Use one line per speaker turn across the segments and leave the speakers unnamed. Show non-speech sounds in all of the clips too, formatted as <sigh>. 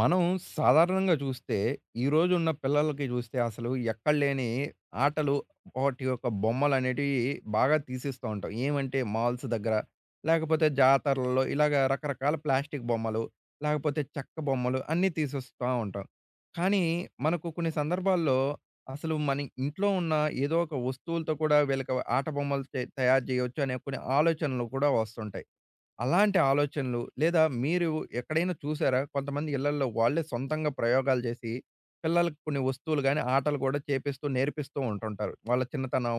మనం సాధారణంగా చూస్తే, ఈరోజున్న పిల్లలకి చూస్తే అసలు ఎక్కడ లేని ఆటలు, వాటి యొక్క బొమ్మలనేటివి బాగా తీసిస్తూ ఉంటాం. ఏమంటే మాల్స్ దగ్గర, లేకపోతే జాతరలలో ఇలాగ రకరకాల ప్లాస్టిక్ బొమ్మలు, లేకపోతే చెక్క బొమ్మలు అన్నీ తీసిస్తా ఉంటాం. కానీ మనకు కొన్ని సందర్భాల్లో అసలు మన ఇంట్లో ఉన్న ఏదో ఒక వస్తువులతో కూడా వీళ్ళకి ఆట బొమ్మలు తయారు చేయొచ్చు అనే కొన్ని ఆలోచనలు కూడా వస్తుంటాయి. అలాంటి ఆలోచనలు లేదా మీరు ఎక్కడైనా చూసారా? కొంతమంది ఇళ్లల్లో వాళ్ళే సొంతంగా ప్రయోగాలు చేసి, పిల్లలకి కొన్ని వస్తువులు గాని, ఆటలు కూడా చేపిస్తూ నేర్పిస్తూ ఉంటుంటారు. వాళ్ళ చిన్నతనం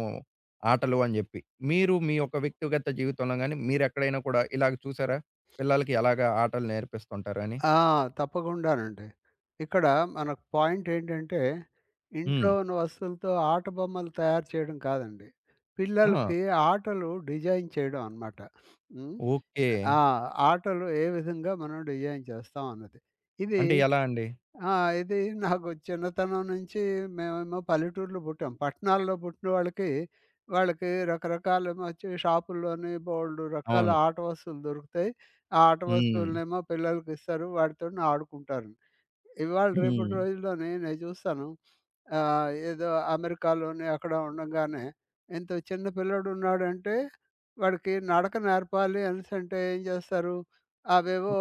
ఆటలు అని జెప్పి. మీరు మీ యొక్క వ్యక్తిగత జీవితంలో గాని, మీరెక్కడైనా కూడా ఇలాగ చూసారా? పిల్లలకి ఎలాగా ఆటలు నేర్పిస్తుంటారు అని?
ఆ! తప్పకుండానండి. ఇక్కడ మనకు పాయింట్ ఏంటంటే, ఇంట్లో
హ్మ్.
ఉన్న వస్తువులతో ఆట బొమ్మలు తయారు చేయడం కాదండి.
ఆ!
పిల్లలకి ఆటలు డిజైన్ చేయడం అనమాట. హ్మ్.
ఓకే.
ఆ! ఆటలు ఏ విధంగా మనం డిజైన్ చేస్తాం అన్నది. ఇది
అంటే ఎలా అండి?
ఆ! ఇది నాకు చిన్నతనం నుంచి మేమేమో పల్లెటూర్లో పుట్టాం. పట్టణాల్లో పుట్టిన వాళ్ళకి, వాళ్ళకి రకరకాలేమో వచ్చి షాపుల్లోని బోలెడు రకాల
అవును.
ఆట వస్తువులు దొరుకుతాయి. ఆ ఆట
హ్మ్.
వస్తువులనేమో పిల్లలకి ఇస్తారు. వాటితోని ఆడుకుంటారు. ఇవాళ రేపటి
హ్మ్.
రోజుల్లోని నేను చూస్తాను. ఆహ్, ఏదో అమెరికాలోని అక్కడ ఉండంగానే ఇంత చిన్న పిల్లోడున్నాడంటే వాడికి నడక నేర్పాలి అనేసంటే ఏం చేస్తారు? అవేవో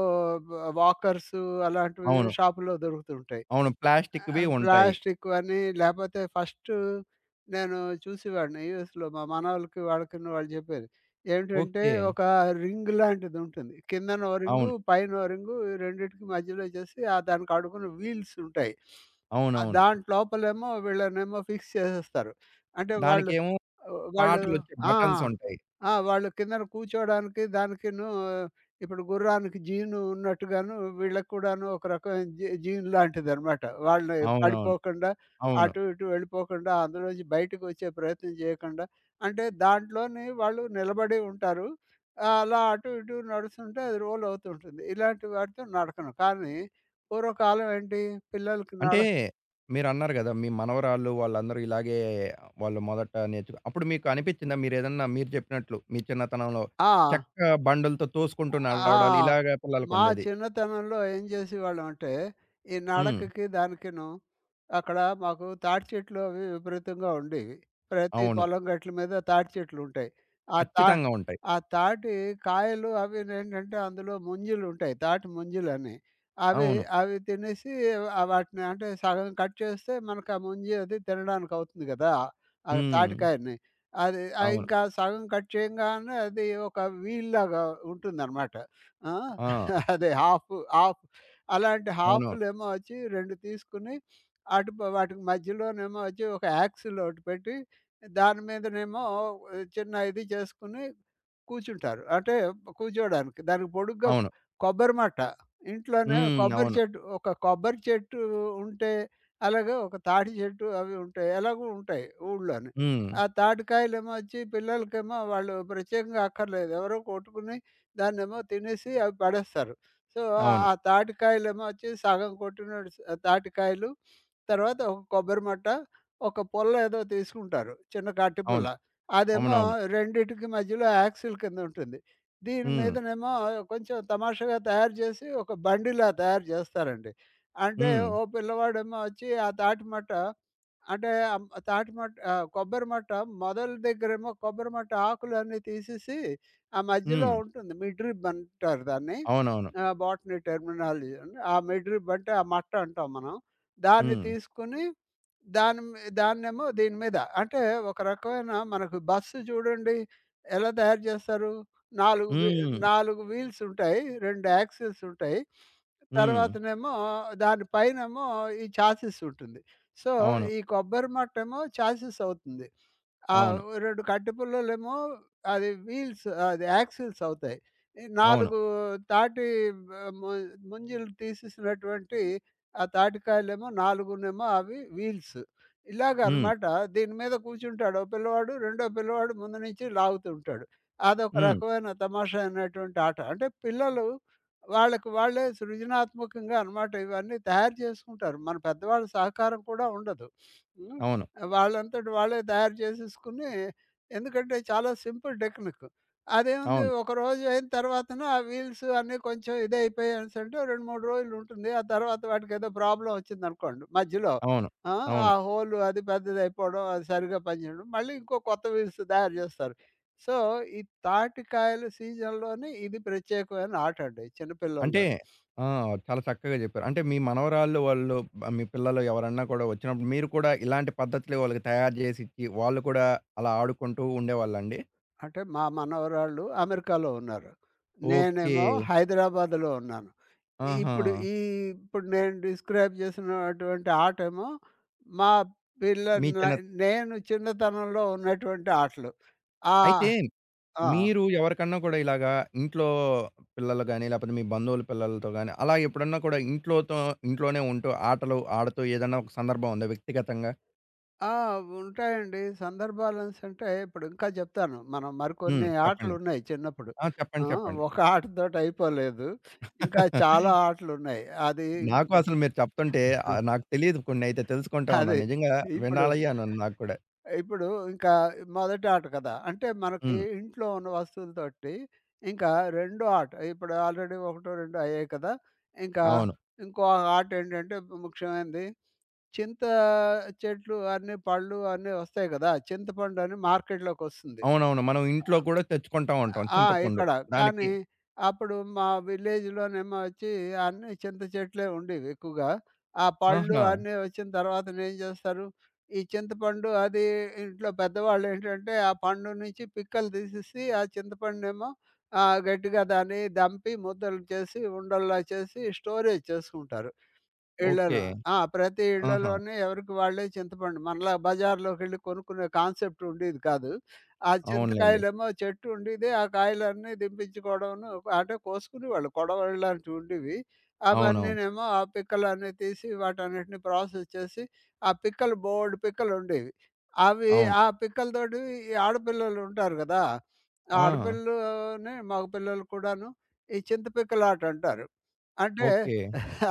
వాకర్సు అలాంటివి
అవును.
షాపులో దొరుకుతుంటాయి.
అవును. ప్లాస్టిక్‌వి ఉంటాయి.
ప్లాస్టిక్‌వని లేపోతే ఫస్ట్ నేను చూసేవాడిని యూఎస్‌లో మా మనవళ్ళకి వాళ్ళకిను వాళ్ళు చెప్పేది. ఏంటంటే
ఓకే.
ఒక రింగ్ లాంటిదుంటుంది. కిందన ఓ రింగు,
అవును.
పైన ఓ రింగు ఈ రెండిటికి మధ్యలో చేసి ఆ దానికి అడుగున వీల్స్ ఉంటాయి.
అవునవును.
దాంట్లోపలేమో వీళ్ళనేమో ఫిక్స్ చేసేస్తారు. అంటే వాళ్ళు
దానికేమో
ఆహ్, వాళ్ళు
పాటలొచ్చే
ఆ!
బటన్స్ ఉంటాయి.
ఆ! వాళ్ళు కిందన కూర్చోడానికి దానికిను ఇప్పుడు గుర్రానికి జీను ఉన్నట్టుగాను వీళ్ళకి కూడాను ఒక రకమైన జీన్ లాంటిదనమాట. వాళ్ళు
అవునవును.
పడిపోకుండా
అవును.
అటు ఇటు వెళ్ళిపోకుండా అందులోంచి బయటకు వచ్చే ప్రయత్నం చేయకుండా అంటే దాంట్లోని వాళ్ళు నిలబడి ఉంటారు. అలా అటు ఇటు నడుస్తుంటే అది రోల్ అవుతుంటుంది. ఇలాంటి వాటితో నడకను. కానీ పూర్వకాలం ఏంటి పిల్లలకి నడ
అంటే మీరన్నారు గదా! మీ మనవరాళ్ళు వాళ్ళందరూ ఇలాగే వాళ్ళు మొదట నేర్చుకు అప్పుడు మీకు అనిపిచ్చిందా? మీరేదన్నా మీరు జెప్పినట్లు మీ చిన్నతనంలో
ఆ!
చెక్క బండులతో తోసుకుంటూ నడవడాలు
ఆ!
ఇలాగ
మా
పిల్లలకుండేది.
చిన్నతనంలో ఏం చేసేవాళ్ళమంటే, ఈ
హ్మ్.
నడకకి దానికిను అక్కడ మాకు తాటి చెట్లు అవి విపరీతంగా ఉండేవి. ప్రతి
అవును.
పొలం గట్ల మీద తాటి చెట్లుంటాయి. ఆ తా
ఖచ్చితంగా ఉంటాయి.
ఆ తాటి కాయలు అవినేంటంటే అందులో ముంజులుంటాయి. తాటి ముంజులని. అవి
అవును.
అవి తినేసి వాటిని అంటే సగం కట్ చేస్తే మనకు ఆ ముంజి అది తినడానికవుతుంది గదా! ఆ
హ్మ్.
తాటికాయని. అది
అవును.
ఇంకా సగం కట్ చేయంగానే అది ఒక వీల్‌లాగా ఉంటుందనమాట. ఆ!
ఆ!
<laughs> అదే హాఫ్ హాఫ్ అలాంటి
అవునవును.
హాఫ్‌లేమో వచ్చి 2 తీసుకొని అటు ప వాటికి మధ్యలోనేమో వచ్చి ఒక యాక్సిల్ ఒకటి పెట్టి దాని మీదనేమో చిన్న ఇది చేసుకొని కూర్చుంటారు. అంటే కూర్చోడానికి. దానికి పొడుగ్గా
అవును.
కొబ్బరి మట్ట. ఇంట్లోనే
హ్మ్.
కొబ్బరి
అవును.
చెట్టు ఒక కొబ్బరి చెట్టు ఉంటే, అలాగే ఒక తాటి చెట్టు అవి ఉంటాయి. ఎలాగూ ఉంటాయి ఊళ్ళోని.
హ్మ్.
ఆ తాటికాయలేమో వచ్చి పిల్లలకేమో వాళ్ళు ప్రత్యేకంగా అక్కర్లేదు. ఎవరో కొట్టుకుని దాన్నేమో తినేసి అవి పడేస్తారు. సో,
అవును.
ఆ తాటికాయలేమో వచ్చి సగం కొట్టిన స్ తాటికాయలు, తర్వాత ఒక కొబ్బరి మట్ట, ఒక పుల్ల ఏదో తీసుకుంటారు. చిన్న కట్టి పుల్ల.
అవును.
అదేమో
అవునవును.
రెండిటికి మధ్యలో యాక్సిల్ కింద ఉంటుంది. దీని
హ్మ్.
మీదనేమో కొంచెం తమాషాగా తయారు చేసి ఒక బండిలా తయారు చేస్తారండి. అంటే
హ్మ్.
ఓ పిల్లవాడేమో వచ్చి ఆ తాటిమట్ట అంటే అమ్ తాటి మట్ ఆహ్, కొబ్బరి మట్ట మొదలు దగ్గరేమో కొబ్బరి మట్ట ఆకులన్నీ తీసేసి, ఆ మధ్యలో
హ్మ్.
ఉంటుంది మిడ్రిబ్ అంటారు దాన్ని.
అవునవును.
Botany terminology. ఆ మిడ్రిబ్ అంటే ఆ మట్ట అంటాం మనం. దాన్ని
హ్మ్.
తీసుకొని దాని మీ దాన్నేమో దీని మీద అంటే ఒక రకమైన మనకు బస్సు చూడండి ఎలా తయారు చేస్తారు? 4 వీ
హ్మ్.
4 వీల్స్ ఉంటాయి. 2 యాక్సిల్స్ ఉంటాయి.
హ్మ్.
తర్వాతనేమో దాని పైనేమో ఈ చాసిస్ ఉంటుంది. సో,
అవును.
ఈ కొబ్బరి మట్టేమో చాసిస్ అవుతుంది. ఆహ్,
అవును.
2 కట్టె పుల్లలేమో అది వీల్స్ అది యాక్సిల్స్ అవుతాయి. ఈ
అవును.
4 తాటి ఆహ్, ము ముంజీలు తీసేసినటువంటి ఆ తాటికాయలేమో 4 అవి వీల్స్.
హ్మ్.
ఇలాగనమాట దీని మీద కూర్చుంటాడు. ఓ పిల్లవాడు, రెండో పిల్లవాడు ముందు నుంచి లాగుతూ ఉంటాడు. అదొక
హ్మ్.
రకమైన తమాషా అయినటువంటి ఆట. అంటే పిల్లలు వాళ్ళకి వాళ్ళే సృజనాత్మకంగా అనమాట ఇవన్నీ తయారు చేసుకుంటారు. మన పెద్దవాళ్ళ సహకారం కూడా ఉండదు. హ్మ్.
అవును.
వాళ్ళంతట వాళ్ళే తయారు చేసేసుకొని ఎందుకంటే చాలా సింపుల్ టెక్నిక్. అదేముంది
అవును.
ఒకరోజు అయిన తర్వాతన ఆ వీల్స్ అన్నీ కొంచెం ఇదయిపోయాయి అనేసంటే 2, 3 రోజులు ఉంటుంది. ఆ తర్వాత వాటికేదో ప్రాబ్లమ్ వచ్చిందనుకోండి మధ్యలో.
అవును.
ఆ! ఆ
అవును.
హోల్ అది పెద్దదయిపోవడం అది సరిగ్గా పనిచేయడం మళ్ళీ ఇంకో కొత్త వీల్స్ తయారు చేస్తారు. సో, ఈ తాటికాయల సీజన్‌లోనే ఇది ప్రత్యేకమైన ఆట అండి
అంటే
చిన్నపిల్లల్లోని.
ఆ! చాలా చక్కగా జెప్పారు. అంటే మీ మనవరాళ్ళు వాళ్ళు మీ పిల్లలు ఎవరన్నా కూడా వచ్చినప్పుడు మీరు కూడా ఇలాంటి పద్ధతులే వాళ్ళకి తయారు జేసి ఇచ్చి, వాళ్ళు కూడా అలా ఆడుకుంటూ ఉండేవాళ్ళండి?
అంటే మా మనవరాళ్ళు అమెరికాలో ఉన్నారు.
ఓకే.
నేనేమో హైదరాబాద్‌లో ఉన్నాను.
ఆహా!
ఇప్పుడు ఈ ఇప్పుడు నేను డిస్క్రైబ్ చేసినటువంటి ఆటేమో మా పిల్ల
మీ
న
చిన్న
నేను చిన్నతనంలో ఉన్నటువంటి ఆటలు. ఆ!
అయితే
ఆ!
మీరు ఎవరికన్నా కూడా ఇలాగా ఇంట్లో పిల్లలు గాని, లేపోతే మీ బంధువుల పిల్లలతో గాని, అలా ఎప్పుడన్నా కూడా ఇంట్లోతో ఇంట్లోనే ఉంటూ ఆటలు ఆడుతూ ఏదన్నా ఒక సందర్భం ఉందా వ్యక్తిగతంగా?
ఆ! ఉంటాయండి. సందర్భాలనేసి అంటే ఇప్పుడు ఇంకా చెప్తాను. మనం
హ్మ్.
మరికొన్ని
చెప్పండి.
ఆటలున్నాయి చిన్నప్పుడు.
ఆ!
ఆ!
చెప్పండి. చెప్పండి.
ఒక ఆటతోటి అయిపోలేదు. ఇంకా చాలా ఆటలున్నాయి. అది
నాకు
ఇంకో
అసలు మీరు చెప్తుంటే
<laughs>
నాకు తెలీదు కొన్నైతే తెలుసుకుంటా
అది.
ఉన్నాను. నిజంగా
ఇప్పుడు
వినాలి అని ఉంది నాకు కూడా.
ఇప్పుడు ఇంకా మొదటి ఆట కదా! అంటే మనకి
హ్మ్.
ఇంట్లో ఉన్న వస్తువులతోటి ఇంకా రెండో ఆట. ఇప్పుడు ఆల్రెడీ ఒకటో, రెండో అయ్యాయి కదా! ఇంకా
అవును.
ఇంకో ఆట ఏంటంటే ముఖ్యమైనది చింత చెట్లు అన్నీ పళ్ళు అన్నీ వస్తాయి కదా! చింతపండు అని మార్కెట్‌లోకొస్తుంది.
అవునవును. మనం ఇంట్లో కూడా తెచ్చుకుంటా ఉంటాం
ఆ!
చింతపండు.
ఇక్కడ.
దానికి
కానీ అప్పుడు మా విలేజ్‌లోనేమో వచ్చి అన్నీ చింత చెట్లే ఉండేవి ఎక్కువగా. ఆ పళ్ళు
ఆహా!
అన్నీ వచ్చిన తర్వాతనేం చేస్తారు, ఈ చింతపండు అది ఇంట్లో పెద్దవాళ్ళేంటంటే, ఆ పండు నుంచి పిక్కలు తీసేసి, ఆ చింతపండునేమో గట్టిగా దాన్ని దంపి ముద్దలు చేసి, ఉండల్లా చేసి స్టోరేజ్ చేసుకుంటారు.
ఓకే.
ఇళ్ళలో. ఆ! ప్రతి
ఆహా!
ఇళ్ళలోనే ఎవరికి వాళ్ళే చింతపండు. మనలా బజార్‌లోకెళ్ళి కొనుక్కునే కాన్సెప్ట్ ఉండేది కాదు. ఆ
అవునులెండి.
చింతకాయలేమో చెట్టు ఉండేది. ఆ కాయలన్నీ దింపించుకోవడంను అంటే కోసుకునేవాళ్ళు. కొడవళ్ళు లాంటివి ఉండేవి.
అవునవును.
అవన్నీనేమో ఆ పిక్కలన్నీ తీసి వాటన్నిటిని ప్రాసెస్ చేసి ఆ పిక్కలు బోలెడు పిక్కలుండేవి. అవి
అవును.
ఆ పిక్కలతోటి ఈ ఆడపిల్లలు ఉంటారు గదా! ఆ
ఆ!
ఆడపిల్లలుని మగ పిల్లలు కూడాను ఈ చింత పిక్కలాట అంటారు. అంటే
ఓకే.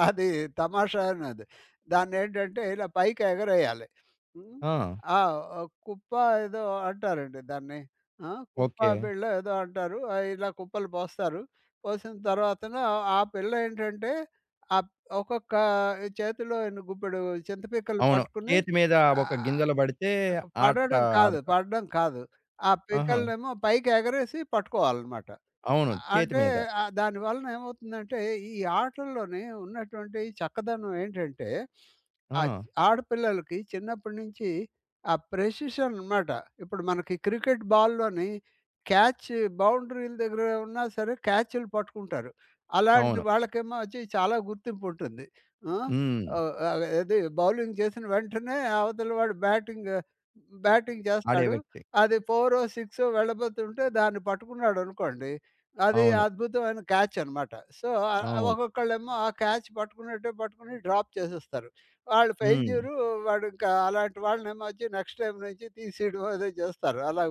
అది తమాషా అన్నది. దాన్నేంటంటే ఇలా పైకి ఎగరేయాలి. హ్మ్.
ఆ!
ఆ! ఆ కుప్ప ఏదో అంటారండి దాన్ని. ఆ! కుప్ప
ఓకే.
బిళ్ళ ఏదో అంటారు. ఇలా కుప్పలు పోస్తారు. పోసిన తర్వాతన ఆ పిల్ల ఏంటంటే ఆహ్, ఒక్కొక్క చేతిలో ఎన్ని గుప్పెడు చింతపిక్కలు
అవును.
పట్టుకుని
చేతి మీద ఒక
ఆహ్,
గింజలు పడితే ఆట
పడడం కాదు,
ఆడతా.
పడడం కాదు. ఆ
ఆహా!
పిక్కలనేమో పైకి ఎగరేసి పట్టుకోవాలన్నమాట.
అవును. చేతి
అంటే
మీద.
దానివలన ఏమవుతుందంటే, ఈ ఆటల్లోని ఉన్నటువంటి చక్కదనం ఏంటంటే,
ఆ!
ఆహ్, చ్ ఆడపిల్లలకి చిన్నప్పటి నుంచి ఆ ప్రెసిషన్ అనమాట. ఇప్పుడు మనకి క్రికెట్ బాల్‌లోని క్యాచ్ బౌండరీల దగ్గర ఉన్నా సరే క్యాచ్‌లు పట్టుకుంటారు. అలాంటి
అవును.
వాళ్ళకేమో వచ్చి చాలా గుర్తింపు ఉంటుంది. ఆ!
హ్మ్.
అది బౌలింగ్ చేసిన వెంటనే అవతల వాడు బ్యాటింగ్
ఆడే
చేస్తాడు.
వ్యక్తి.
అది 4ఓ, 6ఓ వెళ్ళబోతుంటే దాన్ని పట్టుకున్నాడనుకోండి అది
అవును.
అద్భుతమైన క్యాచ్ అనమాట. సో,
అవును.
ఒక్కొక్కళ్ళేమో ఆ క్యాచ్ పట్టుకున్నట్టే పట్టుకుని డ్రాప్ చేసేస్తారు. వాళ్ళు
హ్మ్.
ఫెయిల్యూరు వాడు ఇంకా అలాంటి వాళ్ళనేమో వచ్చి నెక్స్ట్ టైమ్ నుంచి తీసేయడం అదే చేస్తారు. అలా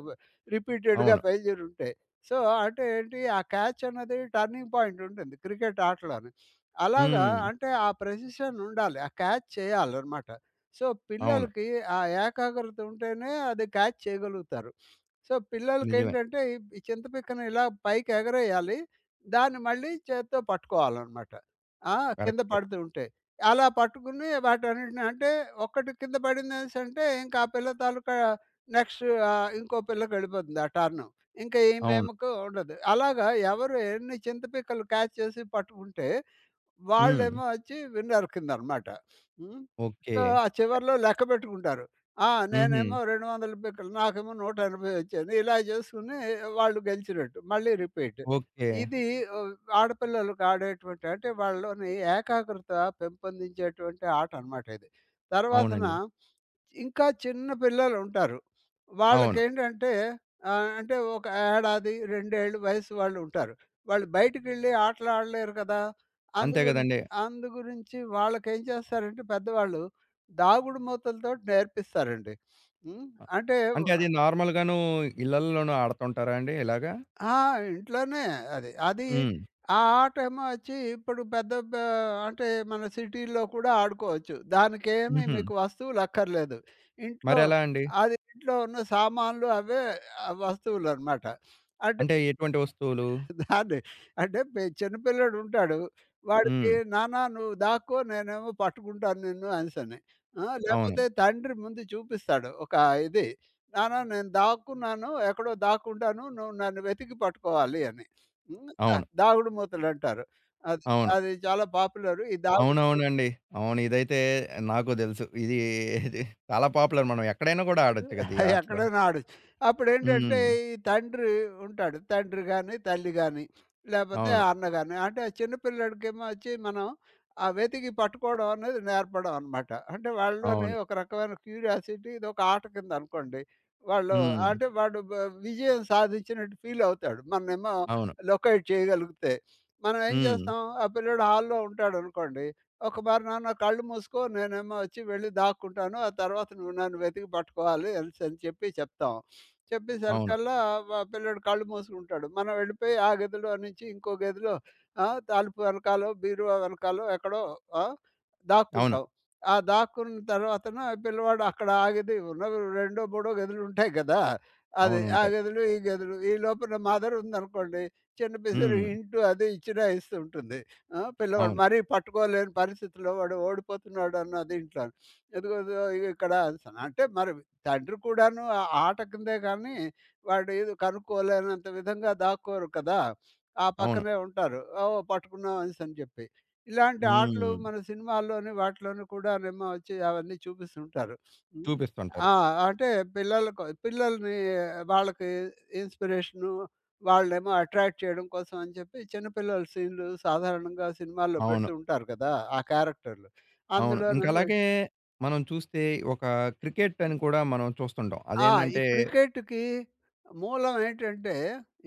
రిపీటెడ్‌గా
అవును.
ఫెయిల్యూర్ ఉంటే. సో, అంటే ఏంటి ఆ క్యాచ్ అన్నది టర్నింగ్ పాయింట్ ఉంటుంది క్రికెట్ ఆటలోని. అలాగా
హ్మ్.
అంటే ఆ ప్రెసిషన్ ఉండాలి. ఆ క్యాచ్ చేయాలనమాట. సో,
అవును.
పిల్లలకి ఆ ఏకాగ్రత ఉంటేనే అది క్యాచ్ చేయగలుగుతారు. సో,
నిజమే.
పిల్లలకేంటంటే ఈ ఈ చింత పిక్కని ఇలా పైకి ఎగరేయాలి. దాన్ని మళ్ళీ చేత్తో పట్టుకోవాలనమాట. ఆ! కింద
కరెక్టే.
పడుతూ ఉంటే. అలా పట్టుకుని వాటన్నిటిని అంటే ఒక్కటి కింద పడిందనేసంటే ఇంకా ఆ పిల్ల తాలూకా నెక్స్ట్ ఇంకో పిల్లకెళ్ళిపోతుంది ఆ టర్ను. ఇంకా
అవును.
ఈమేమకు ఉండదు. అలాగా ఎవరు ఎన్ని చింతపిక్కలు క్యాచ్ చేసి పట్టుకుంటే
హ్మ్.
వాళ్ళేమో వచ్చి విన్నర్ కిందనమాట. హ్మ్.
ఓకే.
సో, ఆ చివర్లో లెక్క పెట్టుకుంటారు. ఆ!
హుహు.
నేనేమో 200 పిక్కలు, నాకేమో 180 వచ్చాయని ఇలా చేసుకొని వాళ్ళు గెలిచినట్టు. మళ్ళీ రిపీట్.
ఓకే.
ఇది ఆహ్, ఆడపిల్లలకు ఆడేటువంటి అంటే వాళ్ళలోని ఏకాగ్రత పెంపొందించేటువంటి ఆట అనమాట ఇది. తర్వాతన
అవునండి.
ఇంకా చిన్న పిల్లలుంటారు.
అవును.
వాళ్ళకేంటంటే ఆహ్, అంటే ఒక ఏడాది, 2 ఏళ్ల వయసు వాళ్ళుంటారు. వాళ్ళు బయటికెళ్ళి ఆటలాడలేరు కదా!
అంతే
అందుగురి
గదండీ!
అందుగురించి వాళ్ళకేం చేస్తారంటే పెద్దవాళ్ళు దాగుడుమూతలతోటి నేర్పిస్తారండి. హ్మ్.
అ
అంటే
అంటే అది నార్మల్‌గాను ఇళ్ళల్లోనూ ఆడుతుంటారా అండి ఇలాగా?
ఆ! ఇంట్లోనే అది. అది
హ్మ్.
ఆ ఆటేమో వచ్చి ఇప్పుడు పెద్ద ప అంటే మన సిటీల్లో కూడా ఆడుకోవచ్చు. దానికేమి
హుహు.
మీకు వస్తువులక్కర్లేదు. ఇంట్లో
మరెలా అండి?
అది ఇంట్లో ఉన్న సామాన్లు అవే వస్తువులనమాట. అంటే
అంటే ఎటువంటి వస్తువులు?
దాన్ని అంటే చిన్నపిల్లోడుంటాడు. వాడికి
హ్మ్.
నాన్న నువ్వు దాక్కో నేనేమో పట్టుకుంటాను నిన్ను అనేసని.
అవును.
లేపోతే తండ్రి ముందు చూపిస్తాడు. ఒక ఇది నాన్న నేను దాక్కున్నాను. ఎక్కడో దాక్కుంటాను. నువ్వు నన్ను వెతికి పట్టుకోవాలి అని. హ్మ్.
అవును.
దాగుడు మూతలంటారు. అది
అవును.
అది చాలా పాపులరు. ఈ దాగుడు
అవునవునండి. అవును. ఇదైతే నాకు దెలుసు. ఇది ఇది చాలా పాపులర్. మనం ఎక్కడైనా గూడా ఆడొచ్చు గదా! ఈ ఆటలు.
ఎక్కడో ఆడొచ్చు అప్పుడు ఏంటంటే
హ్మ్.
ఈ తండ్రి ఉంటాడు తండ్రి కానీ తల్లి కానీ లేకపోతే
అవును.
అన్న కానీ అంటే ఆ చిన్నపిల్లడికేమో వచ్చి మనం ఆ వెతికి పట్టుకోవడం అనేది నేర్పడం అనమాట అంటే వాళ్ళలోని
అవును.
ఒక రకమైన క్యూరియాసిటీ ఇది ఒక ఆట కింద అనుకోండి వాళ్ళు
హ్మ్.
అంటే విజయం సాధించినట్టు ఫీల్ అవుతాడు మనమేమో
అవును.
లొకేట్ చేయగలిగితే మనం ఏం
హ్మ్.
చేస్తాం ఆ పిల్లడు హాల్లో ఉంటాడు అనుకోండి ఒక మారి నాన్న కళ్ళు మూసుకో నేనేమో వచ్చి వెళ్ళి దాక్కుంటాను. ఆ తర్వాత నువ్వు నన్ను వెతికి పట్టుకోవాలి అనేసి అని చెప్పి చెప్తాం.
అవును.
చెప్పేసరికల్లా మా పిల్లోడు కళ్ళు మూసుకుంటాడు. మనం వెళ్ళిపోయి ఆ గదిలో నుంచి ఇంకో గదిలో తలుపు వెనకాలో, బీరువా వెనకాలో ఎక్కడో ఆ!
అవును.
దాక్కుంటాం. ఆ దాక్కున్న తర్వాతన పిల్లవాడు అక్కడ ఆగేది ఉన్నవి రెండో, మూడో గదులుంటాయి కదా! అది
అవును.
ఆ
ఉంటాయి.
గదులు, ఈ గదులు ఈ లోపల మదర్ ఉందనుకోండి చిన్న పిసిరి
హ్మ్.
హింటు అది ఇచ్చినా ఇస్తూ ఉంటుంది. పిల్లవాడు
అవును.
మరీ పట్టుకోలేని పరిస్థితిలో వాడు ఓడిపోతున్నాడు అన్న దీంట్లో. ఇదిగో ఇదో ఇక్కడ స- అంటే మరి తండ్రి కూడాను ఆ ఆట కిందే కానీ వాడు ఏదో కనుక్కోలేనంత విధంగా దాక్కోరు కదా! ఆ
అవును.
పక్కనే ఉంటారు. ఓహ్! పట్టుకున్నాం అనేసని చెప్పి. ఇలాంటి ఆటలు
హ్మ్.
మన సినిమాల్లోని వాటిలోని కూడానేమో వచ్చి అవన్నీ చూపిస్తుంటారు. హ్మ్.
చూపిస్తుంటారు.
ఆ! అంటే పిల్లల్ని వాళ్ళకి ఇన్‌స్పిరేషను వాళ్ళేమో అట్రాక్ట్ చేయడం కోసం అని చెప్పి చిన్న పిల్లల సీన్‌లు సాధారణంగా సినిమాల్లో
అవును.
పెడుతూ ఉంటారు కదా! ఆ క్యారెక్టర్‌లు.
అవును. ఇంకా
అందులోనేమో
అలాగే మనం చూస్తే ఒక క్రికెట్ అని కూడా మనం చూస్తుంటాం.
ఆ! ఈ
అదేందంటే
క్రికెట్‌కి మూలం ఏంటంటే,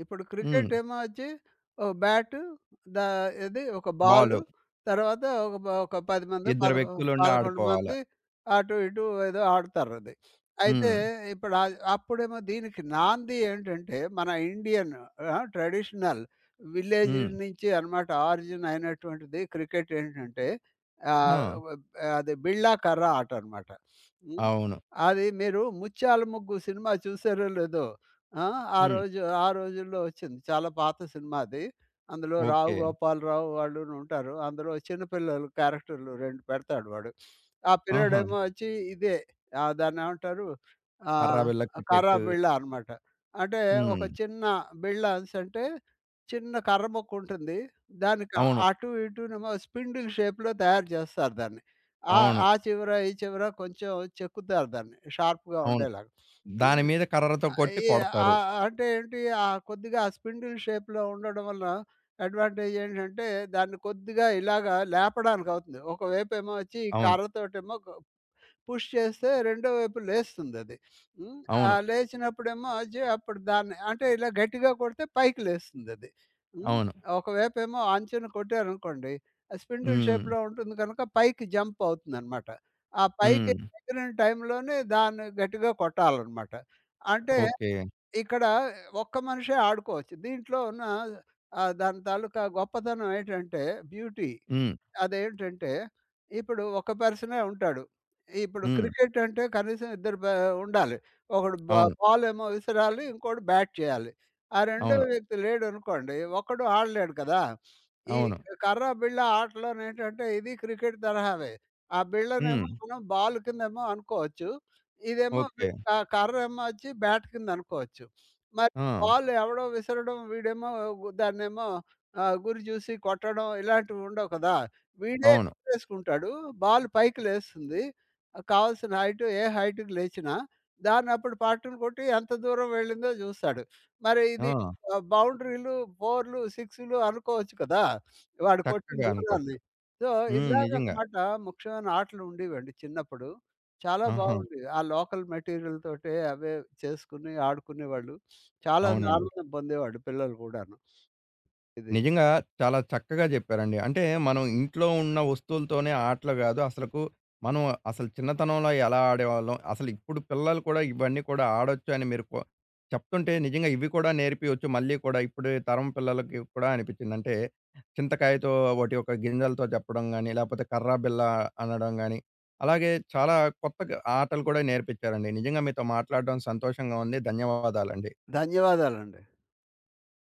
ఇప్పుడు
హ్మ్.
క్రికెట్ ఏమో వచ్చి ఒక బ్యాటు దా ఏది ఒక బాలు,
బాలు.
తర్వాత ఒక 10 మందో,
ఇద్దరు వ్యక్తులుండి
11
ఆడుకోవాల.
మంది అటు ఇటు ఏదో ఆడతారది. అయితే
హ్మ్.
ఇప్పుడు అ అప్పుడేమో దీనికి నాంది ఏంటంటే, మన ఇండియన్ ట్రెడిషనల్ విలేజ్
హ్మ్.
నుంచి అన్నమాట ఆరిజిన్ అయినటువంటిది క్రికెట్ ఏంటంటే, ఆహ్,
ఆ!
వ అది బిళ్ళా కర్ర ఆట అన్నమాట. హ్మ్.
అవును.
అది మీరు 'ముత్యాల ముగ్గు' సినిమా చూసారో లేదో? ఆ!
హ్మ్.
ఆ రోజుల్లో వచ్చింది. చాలా పాత సినిమా అది. అందులో రావు
ఓకే.
గోపాలరావు వాళ్ళును ఉంటారు. అందులో చిన్న పిల్లలు క్యారెక్టర్లు 2 పెడతాడు వాడు. ఆ
ఆహా!
పిల్లాడేమో వచ్చి ఇదే ఆహ్, దాన్నేమంటారు
కర్ర,
ఆహ్,
బిల్ల
కర్రా
క్రికెట్.
బిళ్ళ అనమాట. అంటే ఒక
హ్మ్.
చిన్న బిళ్ళ అనేసంటే చిన్న కర్ర మొక్క ఉంటుంది. దానికి
అవును.
అటు ఇటునేమో స్పిండిల్ షేప్‌లో తయారు చేస్తారు దాన్ని. ఆ
అవును.
ఆ చివర, ఈ చివర కొంచెం చెక్కుతారు దాన్ని షార్ప్‌గా
అవును.
ఉండేలాగా.
దాని
హ్మ్.
మీద కర్రతో కొట్టి
ఈ
కొడతారు.
ఆహ్, అంటే ఏంటి ఆహ్, కొద్దిగా ఆ స్పిండిల్ షేప్‌లో ఉండడం వల్ల అడ్వాంటేజ్ ఏంటంటే దాన్ని కొద్దిగా ఇలాగా లేపడానికి అవుతుంది. ఒకవైపేమో వచ్చి ఈ
అవును.
కర్రతోటేమో పుష్ చేస్తే రెండో వైపు లేస్తుందది. హ్మ్. ఆ
అవును.
లేచినప్పుడేమో వచ్చి అప్పుడు దాన్ని అంటే ఇలా గట్టిగా కొడితే పైకి లేస్తుందది. హ్మ్.
అవును.
ఒకవైపేమో అంచున కొట్టారనుకోండి, ఆ స్పిండిల్
హ్మ్.
షేప్‌లో ఉంటుంది కనుక పైకి జంప్ అవుతుందనమాట. ఆ పైకి
హ్మ్.
ఎగిరిన టైంలోనే దాన్ని గట్టిగా కొట్టాలనమాట. అంటే
ఓకే.
ఇక్కడ ఒక్క మనిషే ఆడుకోవచ్చు. దీంట్లో ఉన్న దాని తాలూకా గొప్పతనం ఏంటంటే బ్యూటీ.
హ్మ్.
అదేంటంటే, ఇప్పుడు ఒక పర్సనే ఉంటాడు. ఇప్పుడు
హ్మ్.
క్రికెట్ అంటే కనీసం ఇద్దరు బా ఉండాలి. ఒకడు బా
అవును.
బాలేమో విసరాలి, ఇంకోడు బ్యాట్ చేయాలి. ఆ రెండో
అవును.
వ్యక్తి లేడనుకోండి, ఒక్కడు ఆడలేడు కదా! ఈ
అవును.
కర్ర, బిళ్ళ ఆటలోనేంటంటే ఇది క్రికెట్ తరహావే. ఆ
హ్మ్.
బిళ్ళనేమో మనం బాల్ కిందేమో అనుకోవచ్చు. ఇదేమో
ఓకే.
వీడు ఆ కర్రేమో వచ్చి బ్యాట్ కిందనుకోవచ్చు. మరి
ఆ!
బాల్ ఎవడో విసరడం, వీడేమో గు దాన్నేమో గురి చూసి కొట్టడం ఇలాంటివి ఉండవు కదా! వీడే
అవును.
వేసుకుంటాడు. బాల్ పైకి లేస్తుంది. కావాల్సిన హైట్ ఏ హైట్‌కి లేచినా దాన్నప్పుడు పట్టులు కొట్టి ఎంత దూరం వెళ్ళిందో జూస్తాడు. మరి ఇది
ఆ!
బౌండరీలు, 4లు, 6లు అనుకోవచ్చు కదా! వాడు కొట్టిన
చక్కగా
దూరాన్ని.
అనుకోవచ్చు.
సో,
హ్మ్. నిజంగా.
ఇలాగనమాట ముఖ్యమైన ఆటలు ఉండేవండి చిన్నప్పుడు. చాలా
ఆహా!
బాగుండేవి. ఆ లోకల్ మెటీరియల్ తోటే అవే చేసుకొని ఆడుకునేవాళ్ళు. చాలా
అవునండి.
ఆనందం పొందేవాళ్ళు పిల్లలు కూడాను. ఇది.
నిజంగా చాలా చక్కగా చెప్పారండి. అంటే మనం ఇంట్లో ఉన్న వస్తువులతోనే ఆటలు గాదు. అసలకు మనం అసలు చిన్నతనంలో ఎలా ఆడేవాళ్ళం, అసలు ఇప్పుడు పిల్లలు కూడా ఇవన్నీ కూడా ఆడొచ్చు అని మీరు చెప్తుంటే నిజంగా ఇవి కూడా నేర్పియొచ్చు మళ్ళీ కూడా ఇప్పుడు తరం పిల్లలకి కూడా అనిపిచ్చింది. అంటే చింతకాయతో వాటి యొక్క గింజలతో చెప్పడం గాని, లేపోతే కర్రా బిల్ల అనడం గాని, అలాగే చాలా కొత్తగా ఆటలు కూడా నేర్పిచ్చారండి. నిజంగా మీతో మాట్లాడడం సంతోషంగా ఉంది. ధన్యవాదాలండి.
ధన్యవాదాలండి.